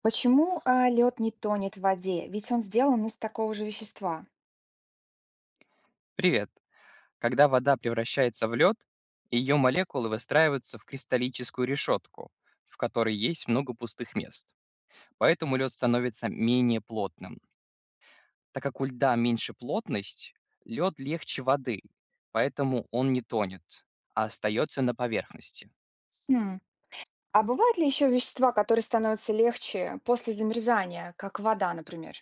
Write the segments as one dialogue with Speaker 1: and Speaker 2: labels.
Speaker 1: Почему лед не тонет в воде? Ведь он сделан из такого же вещества.
Speaker 2: Привет. Когда вода превращается в лед, ее молекулы выстраиваются в кристаллическую решетку, в которой есть много пустых мест. Поэтому лед становится менее плотным. Так как у льда меньше плотность, лед легче воды, поэтому он не тонет, а остается на поверхности.
Speaker 1: Хм. А бывают ли еще вещества, которые становятся легче после замерзания, как вода, например?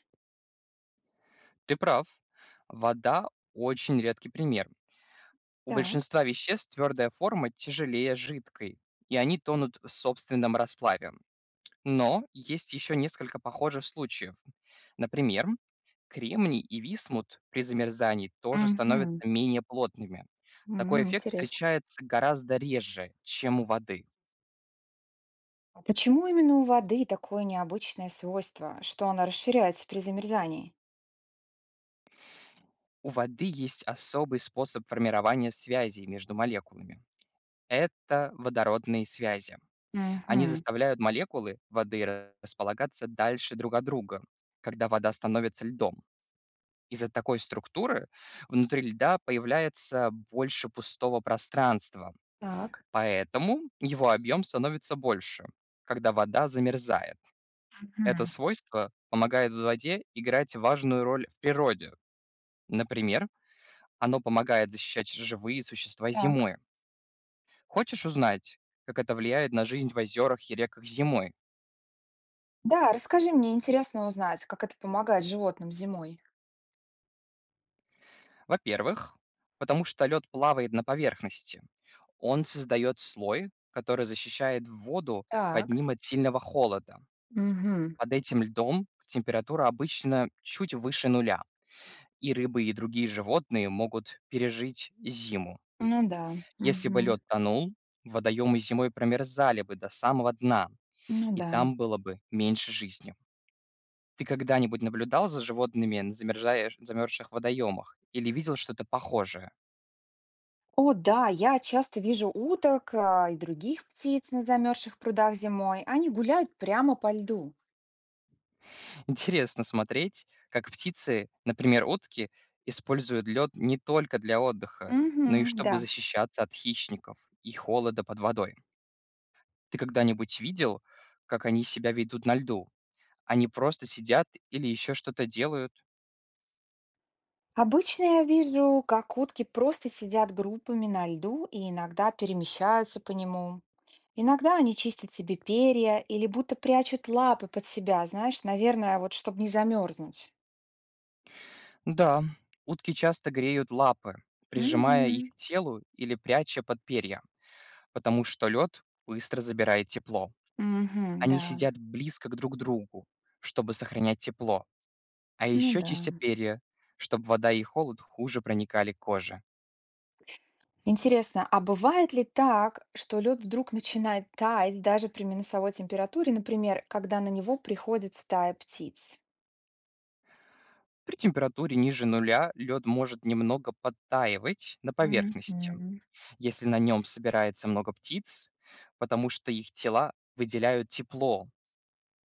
Speaker 2: Ты прав. Вода очень редкий пример. У
Speaker 1: Так.
Speaker 2: большинства веществ твердая форма тяжелее жидкой, и они тонут в собственном расплаве. Но есть еще несколько похожих случаев. Например, кремний и висмут при замерзании тоже
Speaker 1: Угу.
Speaker 2: становятся менее плотными. Такой эффект
Speaker 1: Интересно.
Speaker 2: встречается гораздо реже, чем у воды.
Speaker 1: А почему именно у воды такое необычное свойство, что она расширяется при замерзании?
Speaker 2: У воды есть особый способ формирования связей между молекулами. Это водородные связи. Они
Speaker 1: Угу.
Speaker 2: заставляют молекулы воды располагаться дальше друг от друга, когда вода становится льдом. Из-за такой структуры внутри льда появляется больше пустого пространства,
Speaker 1: Так.
Speaker 2: поэтому его объем становится больше, когда вода замерзает. Это
Speaker 1: Мгм.
Speaker 2: свойство помогает воде играть важную роль в природе. Например, оно помогает защищать живые существа
Speaker 1: Так.
Speaker 2: зимой. Хочешь узнать, как это влияет на жизнь в озерах и реках зимой?
Speaker 1: Да, расскажи мне, интересно узнать, как это помогает животным зимой.
Speaker 2: Во-первых, потому что лед плавает на поверхности. Он создает слой, который защищает воду под
Speaker 1: Так.
Speaker 2: ним от сильного холода.
Speaker 1: Угу.
Speaker 2: Под этим льдом температура обычно чуть выше нуля, и рыбы и другие животные могут пережить зиму.
Speaker 1: Ну да.
Speaker 2: Если бы
Speaker 1: Угу.
Speaker 2: лед тонул, водоемы зимой промерзали бы до самого дна,
Speaker 1: Ну
Speaker 2: и
Speaker 1: да.
Speaker 2: там было бы меньше жизни. Ты когда-нибудь наблюдал за животными на замерзших водоемах или видел что-то похожее?
Speaker 1: О, да, я часто вижу уток и других птиц на замерзших прудах зимой. Они гуляют прямо по льду.
Speaker 2: Интересно смотреть, как птицы, например, утки, используют лед не только для отдыха,
Speaker 1: Угу,
Speaker 2: но и
Speaker 1: да.
Speaker 2: чтобы защищаться от хищников и холода под водой. Ты когда-нибудь видел, как они себя ведут на льду? Они просто сидят или еще что-то делают?
Speaker 1: Обычно я вижу, как утки просто сидят группами на льду и иногда перемещаются по нему. Иногда они чистят себе перья или будто прячут лапы под себя, знаешь, наверное, вот чтобы не замерзнуть.
Speaker 2: Да, утки часто греют лапы, прижимая их
Speaker 1: Угу.
Speaker 2: к телу или пряча под перья, потому что лед быстро забирает тепло.
Speaker 1: Угу,
Speaker 2: Они
Speaker 1: да,
Speaker 2: сидят близко к друг другу, чтобы сохранять тепло, а
Speaker 1: ну
Speaker 2: еще
Speaker 1: да.
Speaker 2: чистят перья, чтобы вода и холод хуже проникали к коже.
Speaker 1: Интересно, а бывает ли так, что лед вдруг начинает таять даже при минусовой температуре, например, когда на него приходит стая птиц?
Speaker 2: При температуре ниже нуля лед может немного подтаивать на поверхности,
Speaker 1: Мгм.
Speaker 2: если на нем собирается много птиц, потому что их тела выделяют тепло.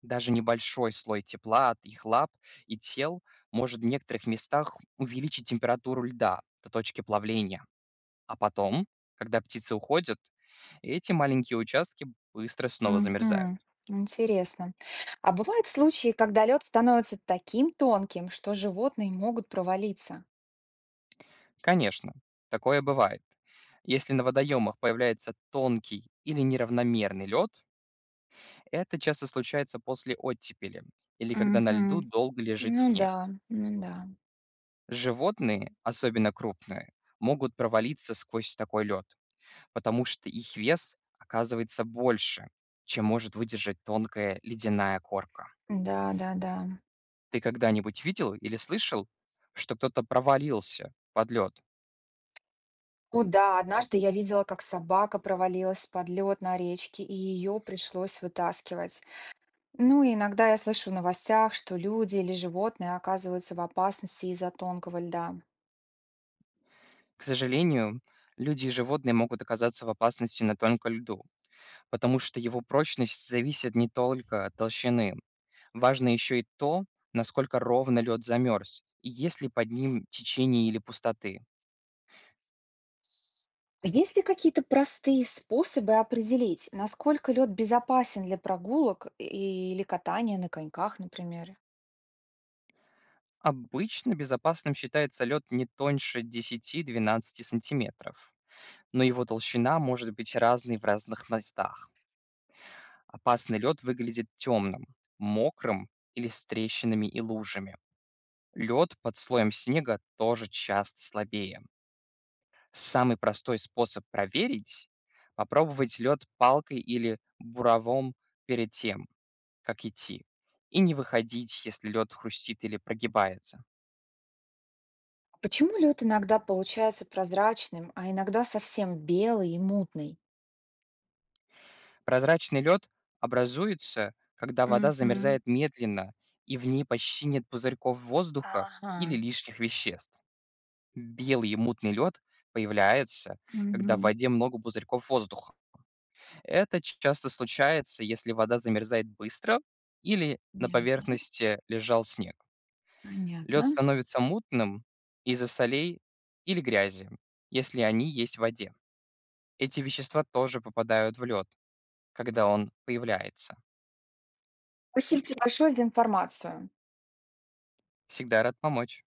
Speaker 2: Даже небольшой слой тепла от их лап и тел может в некоторых местах увеличить температуру льда до точки плавления. А потом, когда птицы уходят, эти маленькие участки быстро снова замерзают.
Speaker 1: Мгм. Интересно. А бывают случаи, когда лед становится таким тонким, что животные могут провалиться?
Speaker 2: Конечно, такое бывает. Если на водоемах появляется тонкий или неравномерный лед, это часто случается после оттепели или когда на льду
Speaker 1: Мгм.
Speaker 2: долго лежит
Speaker 1: Ну
Speaker 2: снег.
Speaker 1: да, ну да,
Speaker 2: Животные, особенно крупные, могут провалиться сквозь такой лед, потому что их вес оказывается больше, чем может выдержать тонкая ледяная корка.
Speaker 1: да, да, да.
Speaker 2: Ты когда-нибудь видел или слышал, что кто-то провалился под лед?
Speaker 1: О, да, однажды я видела, как собака провалилась под лед на речке, и ее пришлось вытаскивать. Ну, и иногда я слышу в новостях, что люди или животные оказываются в опасности из-за тонкого льда.
Speaker 2: К сожалению, люди и животные могут оказаться в опасности на тонком льду, потому что его прочность зависит не только от толщины. Важно еще и то, насколько ровно лед замерз, и есть ли под ним течение или пустоты.
Speaker 1: Есть ли какие-то простые способы определить, насколько лед безопасен для прогулок и- или катания на коньках, например?
Speaker 2: Обычно безопасным считается лед не тоньше 10-12 сантиметров, но его толщина может быть разной в разных местах. Опасный лед выглядит темным, мокрым или с трещинами и лужами. Лед под слоем снега тоже часто слабее. Самый простой способ проверить — попробовать лед палкой или буровом перед тем, как идти. И не выходить, если лед хрустит или прогибается.
Speaker 1: Почему лед иногда получается прозрачным, а иногда совсем белый и мутный?
Speaker 2: Прозрачный лед образуется, когда вода
Speaker 1: Мгм.
Speaker 2: замерзает медленно, и в ней почти нет пузырьков воздуха
Speaker 1: Ага.
Speaker 2: или лишних веществ. Белый и мутный лед появляется, когда в
Speaker 1: Мгм.
Speaker 2: воде много пузырьков воздуха. Это часто случается, если вода замерзает быстро или на
Speaker 1: Понятно,
Speaker 2: поверхности лежал снег. Лед
Speaker 1: понятно.
Speaker 2: становится мутным из-за солей или грязи, если они есть в воде. Эти вещества тоже попадают в лед, когда он появляется.
Speaker 1: Спасибо тебе большое за информацию.
Speaker 2: Всегда рад помочь.